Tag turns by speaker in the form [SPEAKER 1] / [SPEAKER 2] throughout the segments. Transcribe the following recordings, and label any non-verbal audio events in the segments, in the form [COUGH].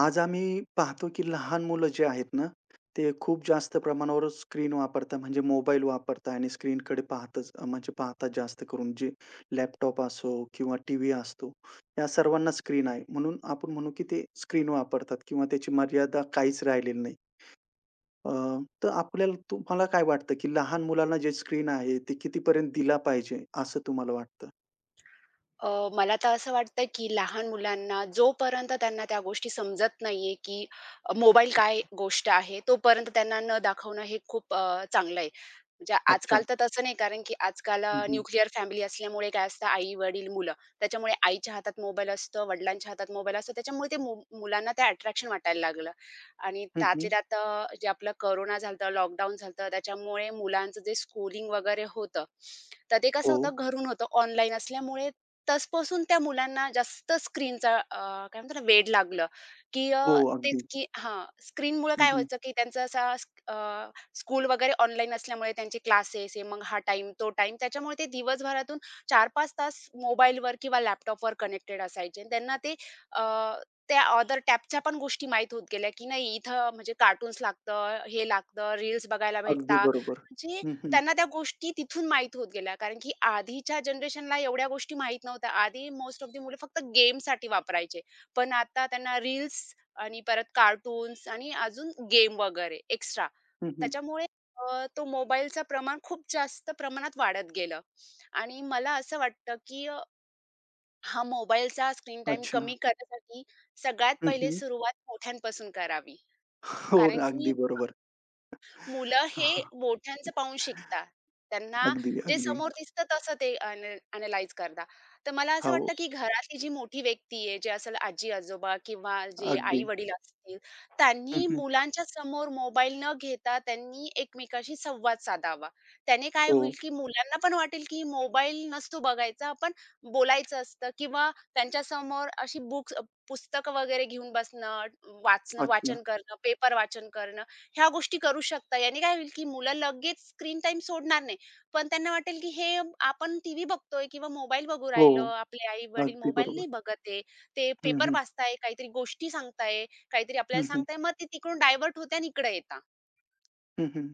[SPEAKER 1] आज आम्ही पाहतो, की लहान मुलं जे आहेत ना, ते खूप जास्त प्रमाणावर स्क्रीन वापरतात, म्हणजे मोबाईल वापरतात आणि स्क्रीनकडे पाहतच म्हणजे पाहतात जास्त करून. जे लॅपटॉप असो किंवा टीव्ही असतो, या सर्वांना स्क्रीन आहे. म्हणून आपण म्हणू, की ते स्क्रीन वापरतात किंवा त्याची मर्यादा काहीच राहिलेली नाही. अ, तर आपल्याला तुम्हाला काय वाटतं, की लहान मुलांना जे स्क्रीन आहे, ते कितीपर्यंत दिला पाहिजे, असं तुम्हाला वाटतं?
[SPEAKER 2] अ, मला तर असं वाटतं, की लहान मुलांना जोपर्यंत त्यांना त्या गोष्टी समजत नाहीये, की मोबाईल काय गोष्ट आहे, तोपर्यंत त्यांना न दाखवणं हे खूप चांगलं आहे. म्हणजे
[SPEAKER 1] अच्छा.
[SPEAKER 2] आजकाल तर तसं नाही, कारण की आजकाल
[SPEAKER 1] हं, हं.
[SPEAKER 2] न्यूक्लिअर फॅमिली असल्यामुळे काय असतं आई-वडील, मुलं. त्याच्यामुळे आईच्या हातात मोबाईल असतो, वडिलांच्या हातात मोबाईल असतो. त्याच्यामुळे ते मुलांना ते अट्रॅक्शन वाटायला लागलं आणि
[SPEAKER 1] हं, हं.
[SPEAKER 2] त्यातल्या त्यात जे आपलं कोरोना झालं लॉकडाऊन झालं त्याच्यामुळे मुलांचं जे स्कूलिंग वगैरे होतं, तर ते कसं
[SPEAKER 1] हो.
[SPEAKER 2] होतं घरून होतं, ऑनलाईन असल्यामुळे तसपासून त्या मुलांना जास्त स्क्रीनचा काय म्हणतो ना वेड लागलं, की
[SPEAKER 1] हो,
[SPEAKER 2] तेच
[SPEAKER 1] अगदी.
[SPEAKER 2] की हां, स्क्रीनमुळे
[SPEAKER 1] हं,
[SPEAKER 2] काय
[SPEAKER 1] हं.
[SPEAKER 2] व्हायचं, की त्यांचा असा स्कूल वगैरे ऑनलाईन असल्यामुळे त्यांचे क्लासेस हे मग हा टाइम तो टाइम त्याच्यामुळे ते दिवसभरातून 4-5 तास मोबाईलवर किंवा लॅपटॉपवर कनेक्टेड असायचे. त्यांना ते अ, त्या अदर टॅबच्या पण गोष्टी माहीत होत गेल्या, की नाही इथं म्हणजे कार्टून्स लागतं, हे लागतं, रील्स बघायला
[SPEAKER 1] अगदी
[SPEAKER 2] भेटतात.
[SPEAKER 1] बरोबर.
[SPEAKER 2] म्हणजे
[SPEAKER 1] हं, हं.
[SPEAKER 2] त्यांना त्या गोष्टी तिथून माहीत होत गेल्या. कारण की आधीच्या जनरेशनला एवढ्या गोष्टी माहीत नव्हत्या. आधी मोस्ट ऑफ दी मुलं फक्त गेमसाठी वापरायचे. पण आता त्यांना रील्स आणि परत कार्टून्स आणि अजून गेम वगैरे एक्स्ट्रा
[SPEAKER 1] हं,
[SPEAKER 2] त्याच्यामुळे तो मोबाईलचं प्रमाण खूप जास्त प्रमाणात वाढत गेलं आणि मला असं वाटतं, की हा मोबाईलचा स्क्रीन टाइम
[SPEAKER 1] अच्छा.
[SPEAKER 2] कमी करण्यासाठी सगळ्यात
[SPEAKER 1] हं,
[SPEAKER 2] पहिले
[SPEAKER 1] हं.
[SPEAKER 2] सुरुवात मोठ्यांपासून करावी.
[SPEAKER 1] हो
[SPEAKER 2] कारण
[SPEAKER 1] ना.
[SPEAKER 2] की
[SPEAKER 1] अगदी बरोबर.
[SPEAKER 2] मुलं हे
[SPEAKER 1] हां,
[SPEAKER 2] मोठ्यांचं पाहून शिकतात. त्यांना
[SPEAKER 1] अगदी,
[SPEAKER 2] जे
[SPEAKER 1] अगदी.
[SPEAKER 2] समोर दिसतं तसं ते अनलाईज करतात. तर मला असं वाटतं,
[SPEAKER 1] हो.
[SPEAKER 2] की घरातली जी मोठी व्यक्ती आहे, जे असेल आजी-आजोबा किंवा जे
[SPEAKER 1] अगदी.
[SPEAKER 2] आई-वडील असतील,
[SPEAKER 1] हं,
[SPEAKER 2] त्यांनी
[SPEAKER 1] हं.
[SPEAKER 2] मुलांच्या समोर मोबाईल न घेता त्यांनी एकमेकांशी संवाद साधावा. त्याने काय
[SPEAKER 1] हो.
[SPEAKER 2] होईल, की मुलांना पण वाटेल, की मोबाईल नसतो बघायचा, आपण बोलायचं असतं किंवा त्यांच्यासमोर अशी बुक्स पुस्तकं वगैरे घेऊन बसणं, वाचणं
[SPEAKER 1] अच्छा.
[SPEAKER 2] वाचन करणं, पेपर वाचन करणं, ह्या गोष्टी करू शकता. याने काय होईल, की मुलं लगेच स्क्रीन टाइम सोडणार नाही. पण त्यांना वाटेल, की हे आपण टीव्ही बघतोय किंवा मोबाईल बघू
[SPEAKER 1] हो.
[SPEAKER 2] राहिलो.
[SPEAKER 1] हो.
[SPEAKER 2] आपले आई-वडील
[SPEAKER 1] अगदी
[SPEAKER 2] मोबाईल
[SPEAKER 1] बरोबर.
[SPEAKER 2] नाही बघत आहे. ते
[SPEAKER 1] हं,
[SPEAKER 2] पेपर
[SPEAKER 1] हं.
[SPEAKER 2] वाचताय, काहीतरी गोष्टी सांगताय, काहीतरी आपल्याला
[SPEAKER 1] हं, हं.
[SPEAKER 2] सांगताय. मग ते तिकडून डायव्हर्ट होते आणि इकडे येतात.
[SPEAKER 1] हं, हं.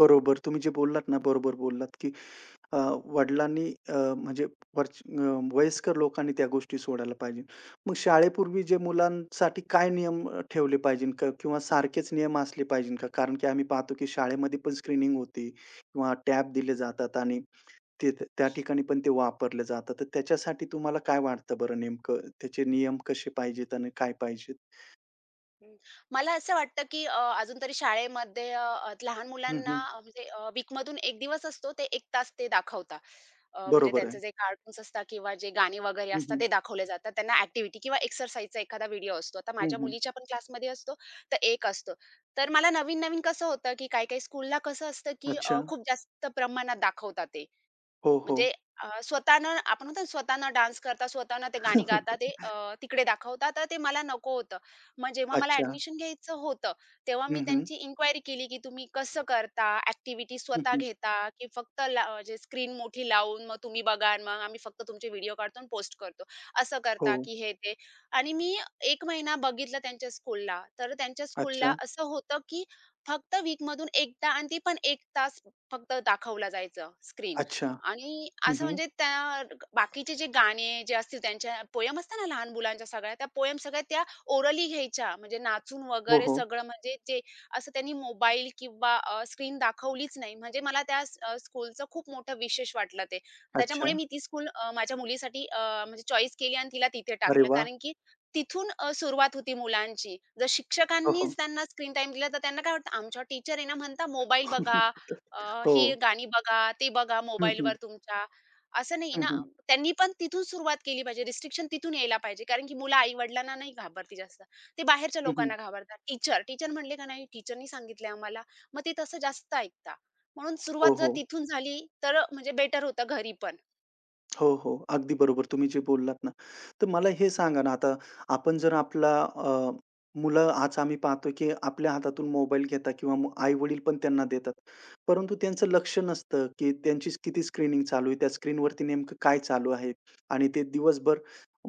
[SPEAKER 1] बरोबर. तुम्ही जे बोललात ना, बरोबर बोललात, की अ, वडिलांनी म्हणजे वरच वयस्कर लोकांनी त्या गोष्टी सोडायला पाहिजे. मग शाळेपूर्वी जे मुलांसाठी काय नियम ठेवले पाहिजेत का? किंवा सारखेच नियम असले पाहिजेत का? कारण की आम्ही पाहतो की शाळेमध्ये पण स्क्रीनिंग होती, किंवा टॅब दिले जातात आणि ते त्या ठिकाणी पण ते वापरले जातात. तर त्याच्यासाठी तुम्हाला काय वाटतं बरं नेमकं? त्याचे नियम कसे पाहिजेत आणि काय पाहिजेत?
[SPEAKER 2] हं. मला असं वाटतं, की अजून तरी शाळेमध्ये अ, अ, लहान
[SPEAKER 1] हं,
[SPEAKER 2] मुलांना
[SPEAKER 1] हं.
[SPEAKER 2] म्हणजे वीकमधून 1 दिवस असतो. ते 1 तास ते दाखवतात. म्हणजे
[SPEAKER 1] बरोबर आहे.
[SPEAKER 2] त्यांचे जे कार्टून्स असतात किंवा जे गाणी वगैरे
[SPEAKER 1] हं,
[SPEAKER 2] असतात
[SPEAKER 1] हं.
[SPEAKER 2] ते दाखवले जातात. त्यांना ॲक्टिव्हिटी किंवा एक्सरसाइजचा एखादा व्हिडिओ असतो. आता
[SPEAKER 1] हं,
[SPEAKER 2] माझ्या
[SPEAKER 1] हं.
[SPEAKER 2] मुलीच्या पण क्लासमध्ये असतो, तर एक असतो. तर मला नवीन-नवीन कसं होतं, की काही-काही स्कूलला कसं असतं, की
[SPEAKER 1] अच्छा.
[SPEAKER 2] खूप जास्त प्रमाणात दाखवतात ते.
[SPEAKER 1] हो, हो.
[SPEAKER 2] म्हणजे स्वतःनं आपण म्हणतो ना, स्वतःनं डान्स करतात, स्वतःनं ते गाणी गाता ते
[SPEAKER 1] [LAUGHS]
[SPEAKER 2] तिकडे दाखवतात. तर ते मला नको होतं. मग जेव्हा मला
[SPEAKER 1] अच्छा.
[SPEAKER 2] ॲडमिशन घ्यायचं होतं, तेव्हा मी
[SPEAKER 1] हं, हं.
[SPEAKER 2] त्यांची इन्क्वायरी केली, की तुम्ही कसं करता? ॲक्टिव्हिटी
[SPEAKER 1] हं,
[SPEAKER 2] स्वतः
[SPEAKER 1] हं.
[SPEAKER 2] घेता की फक्त ला म्हणजे स्क्रीन मोठी लावून मग तुम्ही बघा आणि मग आम्ही फक्त तुमचे व्हिडिओ काढतो आणि पोस्ट करतो. असं
[SPEAKER 1] हो.
[SPEAKER 2] करता की हे ते आणि मी 1 महिना बघितलं त्यांच्या स्कूलला. तर त्यांच्या स्कूलला
[SPEAKER 1] अच्छा.
[SPEAKER 2] असं होतं, की फक्त वीकमधून एकदा आणि ती पण 1 तास फक्त दाखवला जायचं स्क्रीन.
[SPEAKER 1] अच्छा.
[SPEAKER 2] आणि
[SPEAKER 1] हं,
[SPEAKER 2] असं
[SPEAKER 1] हं.
[SPEAKER 2] म्हणजे त्या बाकीचे जे गाणे जे असतील त्यांच्या पोएम असतात ना लहान मुलांच्या सगळ्या, त्या पोएम सगळ्या त्या ओरली घ्यायच्या. म्हणजे नाचून
[SPEAKER 1] हो,
[SPEAKER 2] वगैरे
[SPEAKER 1] हो.
[SPEAKER 2] सगळं म्हणजे जे असं त्यांनी मोबाईल किंवा स्क्रीन दाखवलीच नाही. म्हणजे मला त्या स्कूलचं खूप मोठं विशेष वाटलं ते.
[SPEAKER 1] अच्छा.
[SPEAKER 2] त्याच्यामुळे मी ती स्कूल माझ्या मुलीसाठी म्हणजे चॉईस केली आणि तिला तिथे
[SPEAKER 1] अरे
[SPEAKER 2] टाकलं.
[SPEAKER 1] वाह!
[SPEAKER 2] कारण की तिथून सुरुवात होती मुलांची. जर
[SPEAKER 1] हो, हो.
[SPEAKER 2] शिक्षकांनीच त्यांना स्क्रीन टाईम दिला, तर त्यांना काय वाटतं आमच्या टीचर आहे ना म्हणता मोबाईल बघा,
[SPEAKER 1] [LAUGHS]
[SPEAKER 2] हे
[SPEAKER 1] हो.
[SPEAKER 2] गाणी बघा, ते बघा
[SPEAKER 1] हं,
[SPEAKER 2] मोबाईलवर
[SPEAKER 1] हं.
[SPEAKER 2] तुमच्या, असं नाही
[SPEAKER 1] हं,
[SPEAKER 2] ना.
[SPEAKER 1] हं.
[SPEAKER 2] त्यांनी पण तिथून सुरुवात केली पाहिजे. रिस्ट्रिक्शन तिथून यायला पाहिजे. कारण की मुलं आई-वडिलांना नाही घाबरती जास्त. ते बाहेरच्या
[SPEAKER 1] हं, हं.
[SPEAKER 2] लोकांना घाबरतात. टीचर, टीचर म्हणले का नाही टीचरनी सांगितलंय आम्हाला. मग ते तसं जास्त ऐकता. म्हणून
[SPEAKER 1] हो,
[SPEAKER 2] सुरुवात जर
[SPEAKER 1] हो.
[SPEAKER 2] तिथून झाली तर म्हणजे बेटर होतं घरी पण.
[SPEAKER 1] हो, हो. अगदी बरोबर तुम्ही जे बोललात ना. तर मला हे सांगा ना आता आपण जर आपला मुलं आज आम्ही पाहतो, की आपल्या हातातून मोबाईल घेतात किंवा मग आई-वडील पण त्यांना देतात. परंतु त्यांचं लक्ष नसतं, की त्यांची किती स्क्रीनिंग चालू आहे, त्या स्क्रीनवरती नेमकं काय चालू आहे आणि ते दिवसभर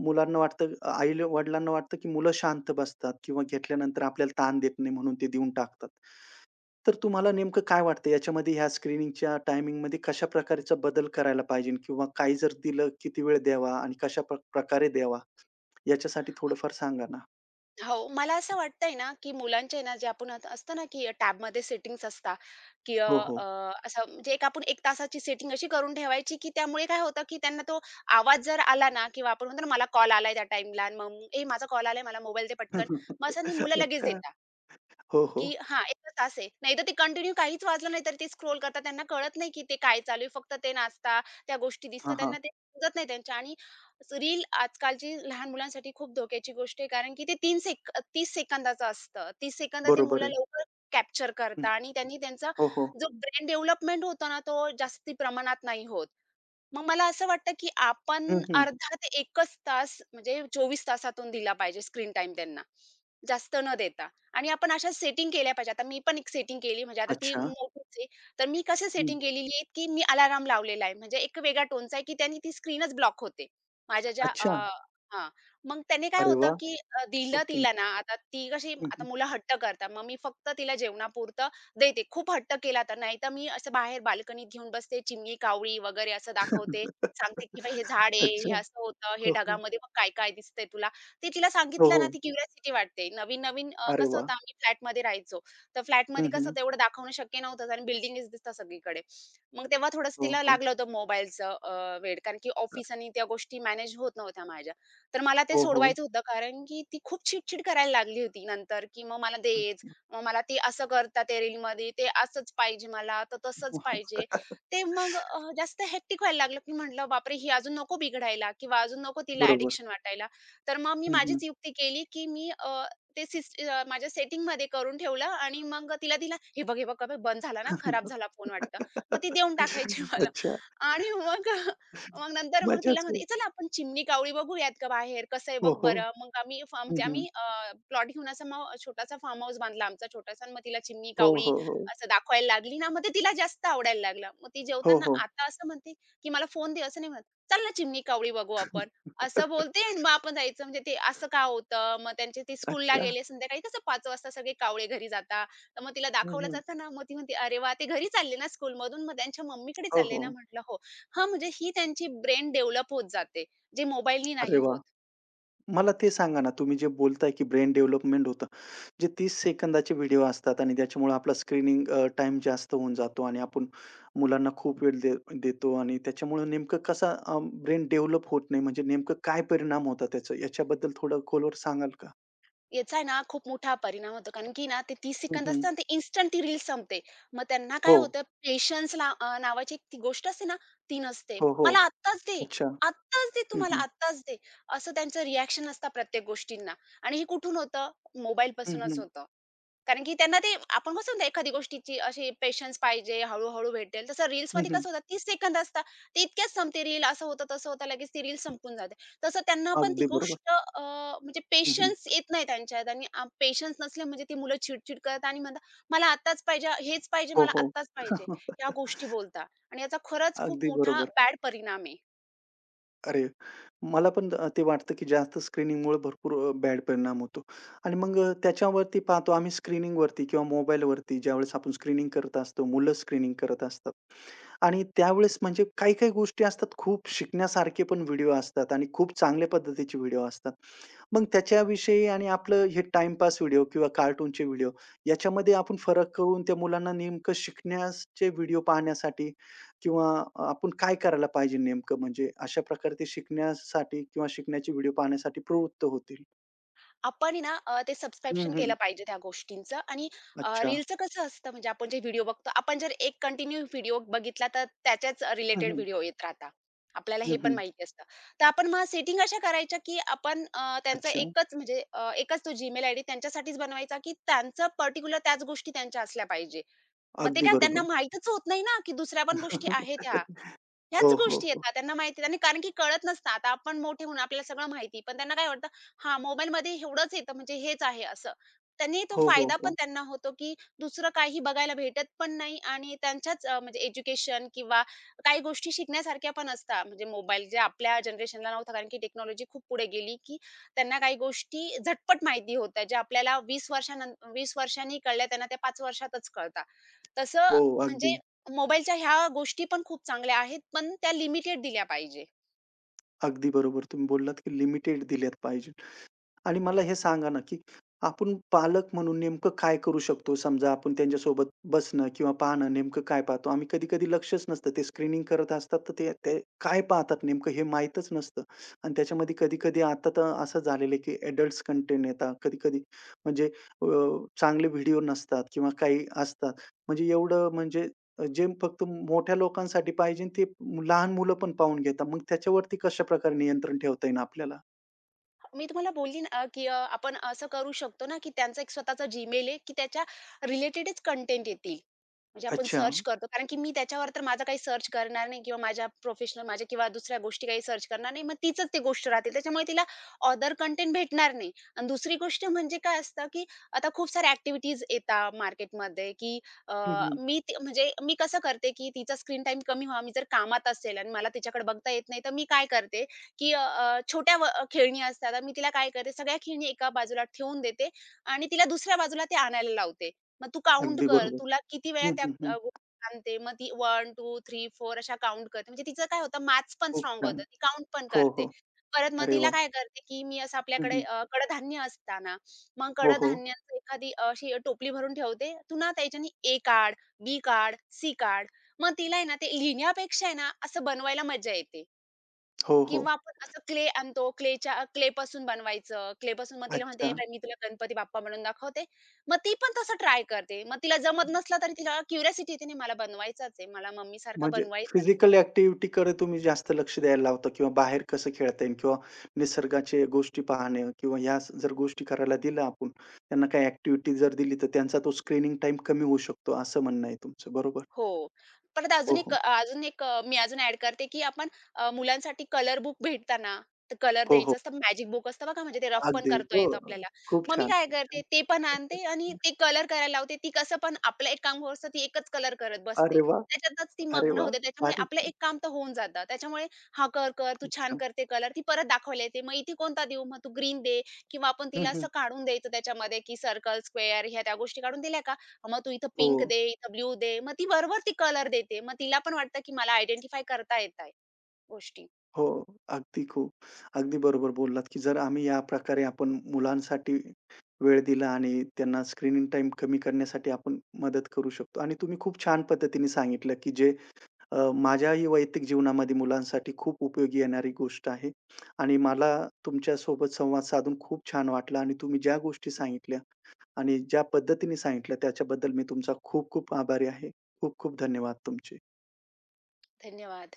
[SPEAKER 1] मुलांना वाटतं आई-वडिलांना वाटतं, की मुलं शांत बसतात किंवा घेतल्यानंतर आपल्याला ताण देत नाही म्हणून ते देऊन टाकतात. तर तुम्हाला नेमकं काय वाटतं याच्यामध्ये ह्या स्क्रीनिंगच्या टायमिंगमध्ये कशा प्रकारचा बदल करायला पाहिजे किंवा काय जर दिलं किती वेळ द्यावा आणि कशा प्रकारे द्यावा? याच्यासाठी थोडंफार सांगा ना?
[SPEAKER 2] हो, मला असं वाटतंय ना, की मुलांचे ना, जे आपण आता असतं ना, की टॅबमध्ये सेटिंग्ज असतात, की अ,
[SPEAKER 1] हो,
[SPEAKER 2] अ,
[SPEAKER 1] हो.
[SPEAKER 2] असं म्हणजे एक आपण 1 तासाची सेटिंग अशी करून ठेवायची, की त्यामुळे काय होतं, की त्यांना तो आवाज जर आला ना किंवा आपण म्हणतो ना, मला कॉल आलाय त्या टाईमला मग "ए माझा कॉल आलाय, मला मोबाईल दे पटकन." मग
[SPEAKER 1] [LAUGHS]
[SPEAKER 2] असं नाही मुलं लगेच
[SPEAKER 1] अच्छा.
[SPEAKER 2] देतात.
[SPEAKER 1] हो,
[SPEAKER 2] की
[SPEAKER 1] हो.
[SPEAKER 2] हां, 1 तास आहे. नाहीतर ते कंटिन्यू काहीच वाजलं नाही, तर ते स्क्रोल करतात. त्यांना कळत नाही, की ते काय चालू आहे. फक्त ते नाचता, त्या गोष्टी दिसतात.
[SPEAKER 1] हां,
[SPEAKER 2] त्यांना
[SPEAKER 1] हां.
[SPEAKER 2] ते समजत नाही त्यांच्या आणि रील आजकालची लहान मुलांसाठी खूप धोक्याची गोष्ट आहे, कारण की ते 3 सेक 30 सेकंदाचं असतं. 30 सेकंद ते
[SPEAKER 1] बरोबर
[SPEAKER 2] मुलं
[SPEAKER 1] आहे.
[SPEAKER 2] लवकर कॅप्चर
[SPEAKER 1] हं.
[SPEAKER 2] करतात आणि त्यांनी त्यांचा
[SPEAKER 1] हो, हो.
[SPEAKER 2] जो ब्रेन डेव्हलपमेंट होतो ना, तो जास्ती प्रमाणात नाही होत. मग मला असं वाटतं, की आपण
[SPEAKER 1] हं, हं.
[SPEAKER 2] अर्धा ते 1च तास म्हणजे 24 तासातून दिला पाहिजे स्क्रीन टाइम त्यांना, जास्त न देता. आणि आपण अशा सेटिंग केल्या पाहिजे. आता मी पण एक सेटिंग केली म्हणजे आता ती
[SPEAKER 1] अच्छा.
[SPEAKER 2] मोठीच आहे. तर मी कसं
[SPEAKER 1] हं.
[SPEAKER 2] सेटिंग केलेली आहे, की मी अलाराम लावलेला आहे. म्हणजे एक वेगळा टोनचा आहे, की त्याने ती स्क्रीनच ब्लॉक होते. माझ्या ज्या
[SPEAKER 1] अच्छा.
[SPEAKER 2] हां. मग त्याने काय
[SPEAKER 1] अरे
[SPEAKER 2] होतं,
[SPEAKER 1] वाह!
[SPEAKER 2] की
[SPEAKER 1] खूप
[SPEAKER 2] दिलं
[SPEAKER 1] सुंदर.
[SPEAKER 2] तिला ना, आता ती कशी
[SPEAKER 1] हं,
[SPEAKER 2] आता
[SPEAKER 1] हं.
[SPEAKER 2] मुलं हट्ट करतात. मग मी फक्त तिला जेवणापुरतं देते. खूप हट्ट केला तर, नाहीतर मी असं बाहेर बाल्कनीत घेऊन बसते, चिमणी, कावळी वगैरे असं दाखवते.
[SPEAKER 1] [LAUGHS]
[SPEAKER 2] सांगते, की "बाई हे झाड आहे,
[SPEAKER 1] अच्छा.
[SPEAKER 2] हे असं
[SPEAKER 1] हो,
[SPEAKER 2] होतं, हे
[SPEAKER 1] हो.
[SPEAKER 2] ढगामध्ये बघ काय-काय दिसतंय तुला." ते तिला
[SPEAKER 1] हो,
[SPEAKER 2] सांगितलं ना,
[SPEAKER 1] हो.
[SPEAKER 2] ती क्युरिओसिटी वाटते. नवीन-नवीन
[SPEAKER 1] अरे
[SPEAKER 2] कसं
[SPEAKER 1] वाह!
[SPEAKER 2] होतं आम्ही फ्लॅटमध्ये राहायचो. तर
[SPEAKER 1] हं,
[SPEAKER 2] फ्लॅटमध्ये कसं
[SPEAKER 1] हं.
[SPEAKER 2] होतं एवढं दाखवणं शक्य नव्हतं आणि बिल्डिंगच दिसतात सगळीकडे. मग तेव्हा थोडंसं
[SPEAKER 1] हो,
[SPEAKER 2] तिला
[SPEAKER 1] हो.
[SPEAKER 2] लागलं होतं मोबाईलचं कारण की ऑफिस आणि त्या गोष्टी मॅनेज होत नव्हत्या माझ्या. तर मला ते
[SPEAKER 1] हो, हो.
[SPEAKER 2] सोडवायचं होतं कारण की ती खूप चिड-चिड करायला लागली होती नंतर, की "मग मला दे,
[SPEAKER 1] अच्छा.
[SPEAKER 2] मग मला ते असं करतात ते रीलमध्ये, ते असंच पाहिजे मला, तर तसंच पाहिजे.
[SPEAKER 1] [LAUGHS]
[SPEAKER 2] ते मग जास्त हेक्टिक व्हायला लागलं, की म्हटलं बापरे! ही अजून नको बिघडायला किंवा अजून नको तिला
[SPEAKER 1] बरोबर.
[SPEAKER 2] ॲडिक्शन वाटायला. तर मग मी
[SPEAKER 1] हं, हं.
[SPEAKER 2] माझीच युक्ती केली, की मी माझ्या सेटिंगमध्ये करून ठेवलं आणि मग तिला दिला, "हे बघ, हे बघ, अबे, बंद झाला ना, खराब झाला फोन वाटतं."
[SPEAKER 1] [LAUGHS]
[SPEAKER 2] मग ती देऊन टाकायची [LAUGHS] मला
[SPEAKER 1] अच्छा.
[SPEAKER 2] आणि मग मग नंतर मग तिला
[SPEAKER 1] मजाच
[SPEAKER 2] म्हणते,
[SPEAKER 1] आहे.
[SPEAKER 2] "ए चला आपण चिमणी कावळी बघूयात का बाहेर? कसं आहे
[SPEAKER 1] हो,
[SPEAKER 2] बघ
[SPEAKER 1] हो.
[SPEAKER 2] बरं." मग आम्ही
[SPEAKER 1] हं,
[SPEAKER 2] म्हणजे
[SPEAKER 1] हं.
[SPEAKER 2] आम्ही प्लॉट घेऊन असा मग छोटासा फार्म हाऊस बांधला आमचा छोटासा आणि मग तिला चिमणी,
[SPEAKER 1] हो,
[SPEAKER 2] कावळी
[SPEAKER 1] हो, हो.
[SPEAKER 2] असं दाखवायला लागली ना, मग ते तिला जास्त आवडायला लागलं. मग ती
[SPEAKER 1] हो,
[SPEAKER 2] जेवताना
[SPEAKER 1] हो.
[SPEAKER 2] आता असं म्हणते, की "मला फोन दे." असं नाही म्हणत. "चल ना चिमणी, कावळी बघू आपण." असं बोलते
[SPEAKER 1] [LAUGHS]
[SPEAKER 2] आणि मग आपण जायचं. म्हणजे ते असं का होतं? मग त्यांचे ते स्कूलला
[SPEAKER 1] अच्छा.
[SPEAKER 2] गेले संध्याकाळी कसं 5 वाजता सगळे कावळे घरी जातात. तर मग तिला
[SPEAKER 1] हं,
[SPEAKER 2] दाखवलं
[SPEAKER 1] हं.
[SPEAKER 2] जातं ना, मग ती म्हणते, "अरे वाह! ते घरी चालले ना स्कूलमधून? मग त्यांच्या मम्मीकडे
[SPEAKER 1] हो,
[SPEAKER 2] चालले ना?"
[SPEAKER 1] हो.
[SPEAKER 2] म्हटलं, "हो." हा म्हणजे ही त्यांची ब्रेन डेव्हलप होत जाते, जे मोबाईलनी
[SPEAKER 1] अरे
[SPEAKER 2] नाही
[SPEAKER 1] वाह!
[SPEAKER 2] होत.
[SPEAKER 1] मला ते सांगा ना, तुम्ही जे बोलताय की ब्रेन डेव्हलपमेंट होतं. जे 30 सेकंदाचे व्हिडिओ असतात आणि त्याच्यामुळे आपला स्क्रीनिंग टाईम जास्त होऊन जातो आणि आपण मुलांना खूप वेळ देतो आणि त्याच्यामुळे नेमकं कसा ब्रेन डेव्हलप होत नाही, म्हणजे नेमकं काय परिणाम होता त्याचा? याच्याबद्दल थोडं खोलवर सांगाल का?
[SPEAKER 2] याचा आहे ना खूप मोठा परिणाम होतो. कारण की ना ते 30 सेकंद
[SPEAKER 1] हं,
[SPEAKER 2] असतं ना, ते इन्स्टंट ती रील संपते. मग त्यांना काय
[SPEAKER 1] हो.
[SPEAKER 2] होतं पेशन्स ना ती गोष्ट असते ना, ती नसते.
[SPEAKER 1] हो, हो.
[SPEAKER 2] "मला आत्ताच दे,
[SPEAKER 1] अच्छा.
[SPEAKER 2] आत्ताच दे तू
[SPEAKER 1] हं, हं.
[SPEAKER 2] आत्ताच दे." असं त्यांचं रिएक्शन असतं प्रत्येक गोष्टींना आणि हे कुठून होतं?
[SPEAKER 1] हं,
[SPEAKER 2] मोबाईलपासूनच
[SPEAKER 1] हं.
[SPEAKER 2] होतं. कारण की त्यांना ते आपण कसं म्हणतो एखादी गोष्टीची अशी पेशन्स पाहिजे, हळू-हळू भेटेल. तसं
[SPEAKER 1] हं,
[SPEAKER 2] रील्समध्ये
[SPEAKER 1] हं.
[SPEAKER 2] कसं होतं 30 सेकंद असतात. ते इतक्यात संपते रील. असं होतं, तसं होतं. लगेच ती रील संपून जाते. तसं त्यांना पण ती
[SPEAKER 1] अगदी बरोबर.
[SPEAKER 2] गोष्ट म्हणजे
[SPEAKER 1] हं, हं.
[SPEAKER 2] पेशन्स येत नाही त्यांच्यात आणि पेशन्स नसले म्हणजे ती मुलं चिड करतात आणि म्हणतात, "मला आत्ताच पाहिजे, हेच पाहिजे,
[SPEAKER 1] हो,
[SPEAKER 2] मला
[SPEAKER 1] हो.
[SPEAKER 2] आत्ताच पाहिजे." ह्या
[SPEAKER 1] [LAUGHS]
[SPEAKER 2] गोष्टी बोलतात आणि याचा खरंच खूप
[SPEAKER 1] अगदी
[SPEAKER 2] मोठा
[SPEAKER 1] बरोबर.
[SPEAKER 2] बॅड परिणाम आहे.
[SPEAKER 1] अरे, मला पण ते वाटतं की जास्त स्क्रीनिंगमुळे भरपूर बॅड परिणाम होतो. आणि मग त्याच्यावरती पाहतो आम्ही स्क्रीनिंगवरती किंवा मोबाईलवरती ज्यावेळेस आपण स्क्रीनिंग करत असतो, मुलं स्क्रीनिंग करत असतात. आणि त्यावेळेस म्हणजे काही-काही गोष्टी असतात खूप शिकण्यासारखे पण व्हिडिओ असतात आणि खूप चांगल्या पद्धतीचे व्हिडिओ असतात. मग त्याच्याविषयी आणि आपलं हे टाईमपास व्हिडिओ किंवा कार्टूनचे व्हिडिओ याच्यामध्ये आपण फरक करून त्या मुलांना नेमकं शिकण्याचे व्हिडिओ पाहण्यासाठी किंवा आपण काय करायला पाहिजे नेमकं म्हणजे अशा प्रकारे ते शिकण्यासाठी किंवा शिकण्याचे व्हिडिओ पाहण्यासाठी प्रवृत्त होतील.
[SPEAKER 2] आपण आहे ना ते
[SPEAKER 1] हं,
[SPEAKER 2] सबस्क्रिप्शन केलं
[SPEAKER 1] हं.
[SPEAKER 2] पाहिजे त्या गोष्टींचं आणि
[SPEAKER 1] अच्छा.
[SPEAKER 2] रीलचं कसं असतं म्हणजे आपण जे व्हिडिओ बघतो आपण जर एक कंटिन्यू व्हिडिओ बघितला तर त्याच्याच
[SPEAKER 1] हं,
[SPEAKER 2] रिलेटेड
[SPEAKER 1] हं.
[SPEAKER 2] व्हिडिओ येत राहतात. आपल्याला
[SPEAKER 1] हं,
[SPEAKER 2] हे पण
[SPEAKER 1] हं.
[SPEAKER 2] माहिती असतं. तर आपण मग सेटिंग अशा करायच्या की आपण त्यांचा
[SPEAKER 1] अच्छा.
[SPEAKER 2] एकच म्हणजे एकच तो Gmail आयडी त्यांच्यासाठीच बनवायचा की त्यांचं पर्टिक्युलर त्याच गोष्टी त्यांच्या असल्या पाहिजे. मग ते
[SPEAKER 1] अगदी
[SPEAKER 2] काय त्यांना
[SPEAKER 1] बरोबर.
[SPEAKER 2] माहीतच होत नाही ना की दुसऱ्या पण गोष्टी आहेत ह्या.
[SPEAKER 1] [LAUGHS]
[SPEAKER 2] ह्याच
[SPEAKER 1] हो, हो,
[SPEAKER 2] गोष्टी
[SPEAKER 1] हो.
[SPEAKER 2] येतात. त्यांना माहिती आणि कारण की कळत नसतं. आता आपण मोठे होऊन आपल्याला सगळं माहिती. पण त्यांना काय वाटतं, हां, मोबाईलमध्ये एवढंच येतं म्हणजे हेच आहे असं. त्यांनी तो
[SPEAKER 1] हो, हो,
[SPEAKER 2] फायदा पण
[SPEAKER 1] हो.
[SPEAKER 2] त्यांना होतो, की दुसरं काही बघायला भेटत पण नाही आणि त्यांच्याच म्हणजे एज्युकेशन किंवा काही गोष्टी शिकण्यासारख्या पण असतात. म्हणजे मोबाईल जे आपल्या जनरेशनला नव्हता कारण की टेक्नॉलॉजी खूप पुढे गेली, की त्यांना काही गोष्टी झटपट माहिती होत्या. ज्या आपल्याला 20 वर्षांनी कळल्या त्यांना त्या 5 वर्षातच कळतात. तसं
[SPEAKER 1] हो,
[SPEAKER 2] म्हणजे
[SPEAKER 1] अगदी.
[SPEAKER 2] मोबाईलच्या ह्या गोष्टी पण खूप चांगल्या आहेत, पण त्या लिमिटेड दिल्या पाहिजे.
[SPEAKER 1] अगदी बरोबर. तुम्ही बोललात की लिमिटेड दिल्यात पाहिजे. आणि मला हे सांगा ना, की आपण पालक म्हणून नेमकं काय करू शकतो? समजा आपण त्यांच्यासोबत बसणं किंवा पाहणं नेमकं काय पाहतो? आम्ही कधी-कधी लक्षच नसतं. ते स्क्रीनिंग करत असतात, तर ते ते काय पाहतात नेमकं हे माहीतच नसतं. आणि त्याच्यामध्ये कधी-कधी आता तर असं झालेलं आहे, की अडल्ट्स कंटेंट येतात. कधी-कधी म्हणजे अ, चांगले व्हिडिओ नसतात किंवा काही असतात. म्हणजे एवढं म्हणजे जे फक्त मोठ्या लोकांसाठी पाहिजे ते लहान मुलं पण पाहून घेतात. मग त्याच्यावरती कशाप्रकारे नियंत्रण ठेवता येईल आपल्याला?
[SPEAKER 2] मी तुम्हाला बोलली ना, की आपण असं करू शकतो ना, की त्यांचा एक स्वतःचा Gmail आहे, की त्याच्या रिलेटेडच कंटेंट येतील. म्हणजे आपण
[SPEAKER 1] अच्छा.
[SPEAKER 2] सर्च करतो. कारण की मी त्याच्यावर तर माझं काही सर्च करणार नाही किंवा माझ्या प्रोफेशनल माझ्या किंवा दुसऱ्या गोष्टी काही सर्च करणार नाही. मग तिचंच ती गोष्ट राहतील. त्याच्यामुळे तिला ऑदर कंटेंट भेटणार नाही. आणि दुसरी गोष्ट म्हणजे काय असतं, की आता खूप साऱ्या ॲक्टिव्हिटीज येतात मार्केटमध्ये, की अ,
[SPEAKER 1] हं, म्हणजे
[SPEAKER 2] मी ती म्हणजे मी कसं करते, की तिचा स्क्रीन टाईम कमी व्हावा. मी जर कामात असेल आणि मला तिच्याकडे बघता येत नाही, तर मी काय करते, की अ, अ, छोट्या व खेळणी असतात. तर मी तिला काय करते, सगळ्या खेळणी एका बाजूला ठेवून देते आणि तिला दुसऱ्या बाजूला ते आणायला लावते. मग तू काउंट
[SPEAKER 1] अगदी
[SPEAKER 2] कर.
[SPEAKER 1] बरोबर.
[SPEAKER 2] तुला किती वेळा
[SPEAKER 1] हं,
[SPEAKER 2] त्या
[SPEAKER 1] हं, हं.
[SPEAKER 2] गोष्टी सांगते. मग ती 1, 2, 3, 4 अशा काउंट करते. म्हणजे तिचं काय होतं मॅथ्स पण
[SPEAKER 1] खूप
[SPEAKER 2] स्ट्राँग
[SPEAKER 1] छान.
[SPEAKER 2] होतं. ती काउंट पण
[SPEAKER 1] हो,
[SPEAKER 2] करते.
[SPEAKER 1] हो.
[SPEAKER 2] परत मग
[SPEAKER 1] अरे
[SPEAKER 2] तिला
[SPEAKER 1] वाह!
[SPEAKER 2] काय करते, की मी असं
[SPEAKER 1] हं,
[SPEAKER 2] आपल्याकडे
[SPEAKER 1] हं.
[SPEAKER 2] अ, कडधान्य असतं ना, मग
[SPEAKER 1] हो, हो.
[SPEAKER 2] कडधान्याचं एखादी अशी टोपली भरून ठेवते. "तू ना त्याच्याने ए काढ, बी काढ, सी काढ." मग तिला आहे ना ते लिहिण्यापेक्षा आहे ना असं बनवायला मजा येते.
[SPEAKER 1] हो, हो.
[SPEAKER 2] किंवा आपण असं क्ले आणतो, क्लेच्या क्लेपासून बनवायचं. क्लेपासून मग तिला
[SPEAKER 1] अच्छा.
[SPEAKER 2] म्हणते, "बाई, मी तुला गणपती बाप्पा बनवून दाखवते." मग ती पण तसं ट्राय करते. मग तिला जमत नसलं तरी तिला क्युरिओसिटी येते, "नाही, मला बनवायचाच आहे. मला मम्मीसारखं
[SPEAKER 1] म्हणजे
[SPEAKER 2] बनवायचंच आहे."
[SPEAKER 1] फिजिकल ॲक्टिव्हिटीकडे तुम्ही जास्त लक्ष द्यायला लावता किंवा बाहेर कसं खेळता येईल किंवा निसर्गाचे गोष्टी पाहणे किंवा ह्या जर गोष्टी करायला दिलं आपण, त्यांना काही ॲक्टिव्हिटी जर दिली, तर त्यांचा तो स्क्रीनिंग टाईम कमी होऊ शकतो, असं म्हणणं आहे तुमचं. बरोबर?
[SPEAKER 2] हो. परत
[SPEAKER 1] हो, हो.
[SPEAKER 2] अजून एक मी अजून ॲड करते, की आपण मुलांसाठी कलर बुक भेटताना कलर
[SPEAKER 1] हो, हो.
[SPEAKER 2] द्यायचं असतं. मॅजिक बुक असतं बघा, म्हणजे ते रफ पण
[SPEAKER 1] अगदी.
[SPEAKER 2] करता
[SPEAKER 1] हो.
[SPEAKER 2] येतं आपल्याला.
[SPEAKER 1] खूप
[SPEAKER 2] मग मी
[SPEAKER 1] छान,
[SPEAKER 2] काय
[SPEAKER 1] खूप
[SPEAKER 2] करते,
[SPEAKER 1] छान.
[SPEAKER 2] ते पण आणते आणि
[SPEAKER 1] [LAUGHS]
[SPEAKER 2] ते कलर करायला लावते. ती कसं पण आपलं एक काम होत असतं, ती एकच कलर करत बसते.
[SPEAKER 1] अरे वाह!
[SPEAKER 2] त्याच्यातच ती
[SPEAKER 1] अरे
[SPEAKER 2] मग्न
[SPEAKER 1] वाह!
[SPEAKER 2] होते. त्याच्यामुळे
[SPEAKER 1] भारीच
[SPEAKER 2] आपलं
[SPEAKER 1] आहे.
[SPEAKER 2] एक काम तर होऊन जातं. त्याच्यामुळे "हा कर, कर. तू
[SPEAKER 1] खूप
[SPEAKER 2] छान
[SPEAKER 1] छान.
[SPEAKER 2] करते कलर." ती परत दाखवायला येते. "मग इथे कोणता देऊ? मग तू ग्रीन दे." किंवा आपण
[SPEAKER 1] हं,
[SPEAKER 2] तिला असं
[SPEAKER 1] हं.
[SPEAKER 2] काढून द्यायचं त्याच्यामध्ये, की सर्कल, स्क्वेअर ह्या त्या गोष्टी काढून दिल्या का, मग तू इथं
[SPEAKER 1] हो.
[SPEAKER 2] पिंक दे, इथं ब्ल्यू दे. मग ती वरवर ती कलर देते. मग तिला पण वाटतं, की मला आयडेंटिफाय करता येत आहे गोष्टी.
[SPEAKER 1] हो, अगदी खूप. अगदी बरोबर बोललात, की जर आम्ही या प्रकारे आपण मुलांसाठी वेळ दिला आणि त्यांना स्क्रीनिंग टाइम कमी करण्यासाठी आपण मदत करू शकतो. आणि तुम्ही खूप छान पद्धतीने सांगितलं, की जे माझ्याही वैयक्तिक जीवनामध्ये मुलांसाठी खूप उपयोगी येणारी गोष्ट आहे. आणि मला तुमच्यासोबत संवाद साधून खूप छान वाटलं आणि तुम्ही ज्या गोष्टी सांगितल्या आणि ज्या पद्धतीने सांगितल्या त्याच्याबद्दल मी तुमचा खूप खूप आभारी आहे. खूप खूप धन्यवाद तुमचे.
[SPEAKER 2] धन्यवाद.